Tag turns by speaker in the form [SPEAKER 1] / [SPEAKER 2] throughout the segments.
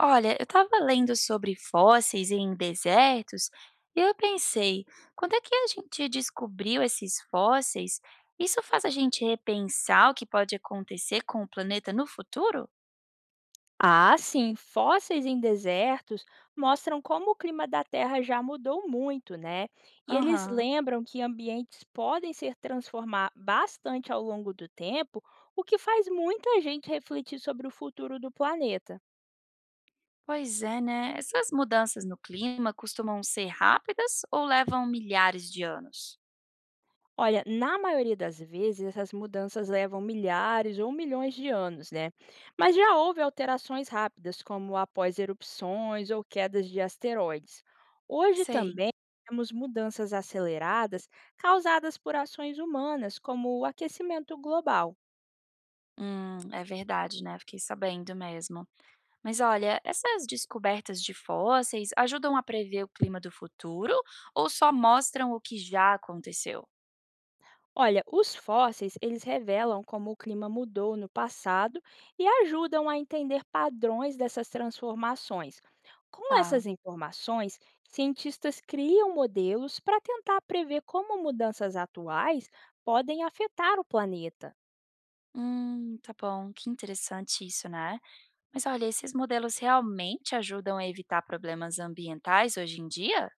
[SPEAKER 1] Olha, eu estava lendo sobre fósseis em desertos e eu pensei, quando é que a gente descobriu esses fósseis? Isso faz a gente repensar o que pode acontecer com o planeta no futuro?
[SPEAKER 2] Ah, sim, fósseis em desertos mostram como o clima da Terra já mudou muito, né? E eles
[SPEAKER 1] Aham.
[SPEAKER 2] lembram que ambientes podem se transformar bastante ao longo do tempo, o que faz muita gente refletir sobre o futuro do planeta.
[SPEAKER 1] Pois é, né? Essas mudanças no clima costumam ser rápidas ou levam milhares de anos?
[SPEAKER 2] Olha, na maioria das vezes, essas mudanças levam milhares ou milhões de anos, né? Mas já houve alterações rápidas, como após erupções ou quedas de asteroides. Hoje
[SPEAKER 1] Sei.
[SPEAKER 2] também temos mudanças aceleradas causadas por ações humanas, como o aquecimento global.
[SPEAKER 1] É verdade, né? Fiquei sabendo mesmo. Mas olha, essas descobertas de fósseis ajudam a prever o clima do futuro ou só mostram o que já aconteceu?
[SPEAKER 2] Olha, os fósseis, eles revelam como o clima mudou no passado e ajudam a entender padrões dessas transformações. Com
[SPEAKER 1] Tá.
[SPEAKER 2] essas informações, cientistas criam modelos para tentar prever como mudanças atuais podem afetar o planeta.
[SPEAKER 1] Tá bom, que interessante isso, né? Mas olha, esses modelos realmente ajudam a evitar problemas ambientais hoje em dia?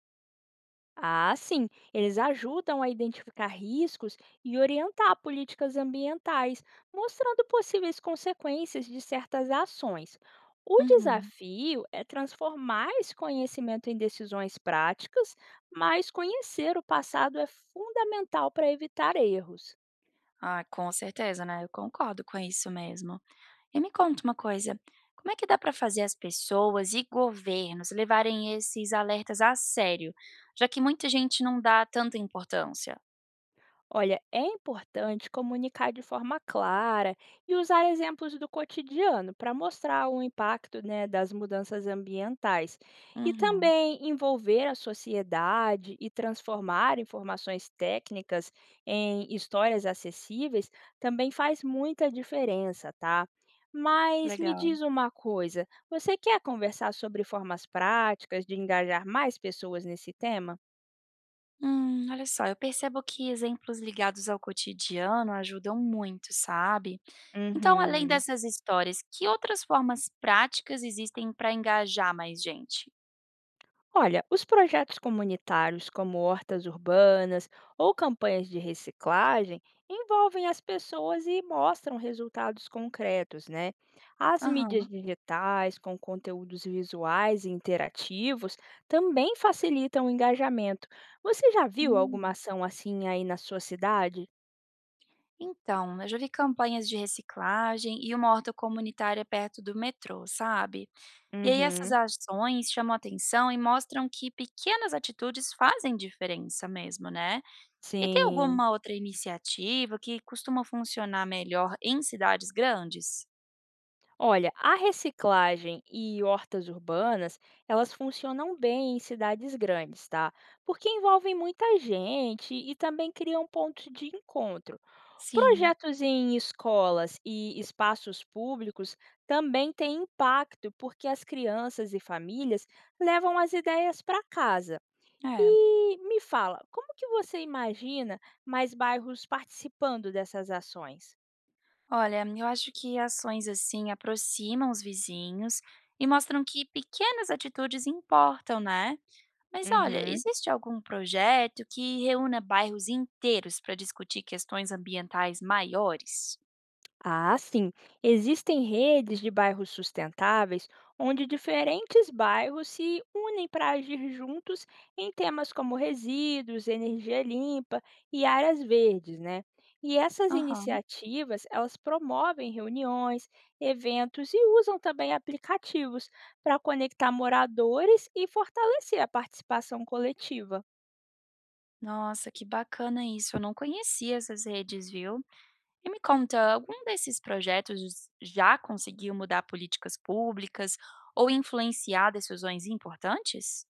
[SPEAKER 2] Ah, sim, eles ajudam a identificar riscos e orientar políticas ambientais, mostrando possíveis consequências de certas ações. O
[SPEAKER 1] Uhum.
[SPEAKER 2] desafio é transformar esse conhecimento em decisões práticas, mas conhecer o passado é fundamental para evitar erros.
[SPEAKER 1] Ah, com certeza, né? Eu concordo com isso mesmo. E me conta uma coisa, como é que dá para fazer as pessoas e governos levarem esses alertas a sério, já que muita gente não dá tanta importância?
[SPEAKER 2] Olha, é importante comunicar de forma clara e usar exemplos do cotidiano para mostrar o impacto, né, das mudanças ambientais. E
[SPEAKER 1] Uhum,
[SPEAKER 2] também envolver a sociedade e transformar informações técnicas em histórias acessíveis também faz muita diferença, tá? Mas me
[SPEAKER 1] legal.
[SPEAKER 2] diz uma coisa, você quer conversar sobre formas práticas de engajar mais pessoas nesse tema?
[SPEAKER 1] Olha só, eu percebo que exemplos ligados ao cotidiano ajudam muito, sabe? Então, além
[SPEAKER 2] Uhum.
[SPEAKER 1] dessas histórias, que outras formas práticas existem para engajar mais gente?
[SPEAKER 2] Olha, os projetos comunitários, como hortas urbanas ou campanhas de reciclagem, envolvem as pessoas e mostram resultados concretos, né? As mídias
[SPEAKER 1] Aham.
[SPEAKER 2] digitais, com conteúdos visuais e interativos, também facilitam o engajamento. Você já viu alguma
[SPEAKER 1] Hum.
[SPEAKER 2] ação assim aí na sua cidade?
[SPEAKER 1] Então, eu já vi campanhas de reciclagem e uma horta comunitária perto do metrô, sabe? E aí essas
[SPEAKER 2] Uhum.
[SPEAKER 1] ações chamam atenção e mostram que pequenas atitudes fazem diferença mesmo, né? E tem
[SPEAKER 2] Sim.
[SPEAKER 1] alguma outra iniciativa que costuma funcionar melhor em cidades grandes?
[SPEAKER 2] Olha, a reciclagem e hortas urbanas, elas funcionam bem em cidades grandes, tá? Porque envolvem muita gente e também criam pontos de encontro.
[SPEAKER 1] Sim.
[SPEAKER 2] Projetos em escolas e espaços públicos também têm impacto, porque as crianças e famílias levam as ideias para casa.
[SPEAKER 1] É.
[SPEAKER 2] E me fala, como que você imagina mais bairros participando dessas ações?
[SPEAKER 1] Olha, eu acho que ações assim aproximam os vizinhos e mostram que pequenas atitudes importam, né? Mas olha,
[SPEAKER 2] Uhum.
[SPEAKER 1] existe algum projeto que reúna bairros inteiros para discutir questões ambientais maiores?
[SPEAKER 2] Ah, sim. Existem redes de bairros sustentáveis onde diferentes bairros se unem para agir juntos em temas como resíduos, energia limpa e áreas verdes, né? E essas
[SPEAKER 1] Aham.
[SPEAKER 2] iniciativas, elas promovem reuniões, eventos e usam também aplicativos para conectar moradores e fortalecer a participação coletiva.
[SPEAKER 1] Nossa, que bacana isso. Eu não conhecia essas redes, viu? E me conta, algum desses projetos já conseguiu mudar políticas públicas ou influenciar decisões importantes?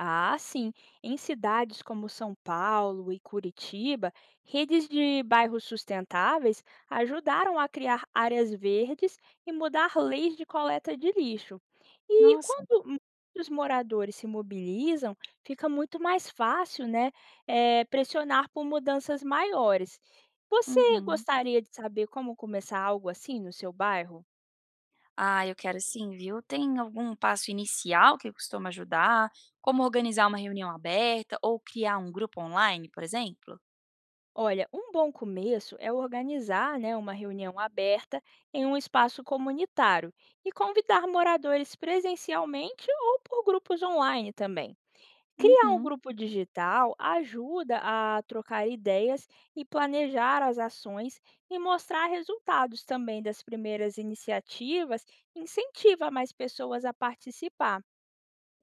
[SPEAKER 2] Ah, sim. Em cidades como São Paulo e Curitiba, redes de bairros sustentáveis ajudaram a criar áreas verdes e mudar leis de coleta de lixo. E
[SPEAKER 1] Nossa.
[SPEAKER 2] quando muitos moradores se mobilizam, fica muito mais fácil, né, pressionar por mudanças maiores. Você
[SPEAKER 1] Uhum.
[SPEAKER 2] gostaria de saber como começar algo assim no seu bairro?
[SPEAKER 1] Ah, eu quero sim, viu? Tem algum passo inicial que costuma ajudar? Como organizar uma reunião aberta ou criar um grupo online, por exemplo?
[SPEAKER 2] Olha, um bom começo é organizar, né, uma reunião aberta em um espaço comunitário e convidar moradores presencialmente ou por grupos online também. Criar um
[SPEAKER 1] Uhum.
[SPEAKER 2] grupo digital ajuda a trocar ideias e planejar as ações e mostrar resultados também das primeiras iniciativas, incentiva mais pessoas a participar.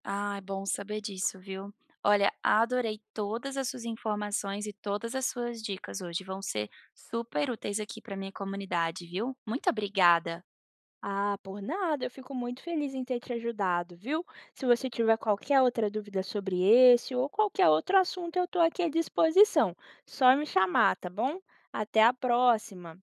[SPEAKER 1] Ah, é bom saber disso, viu? Olha, adorei todas as suas informações e todas as suas dicas hoje. Vão ser super úteis aqui para minha comunidade, viu? Muito obrigada.
[SPEAKER 2] Ah, por nada, eu fico muito feliz em ter te ajudado, viu? Se você tiver qualquer outra dúvida sobre esse ou qualquer outro assunto, eu estou aqui à disposição. Só me chamar, tá bom? Até a próxima!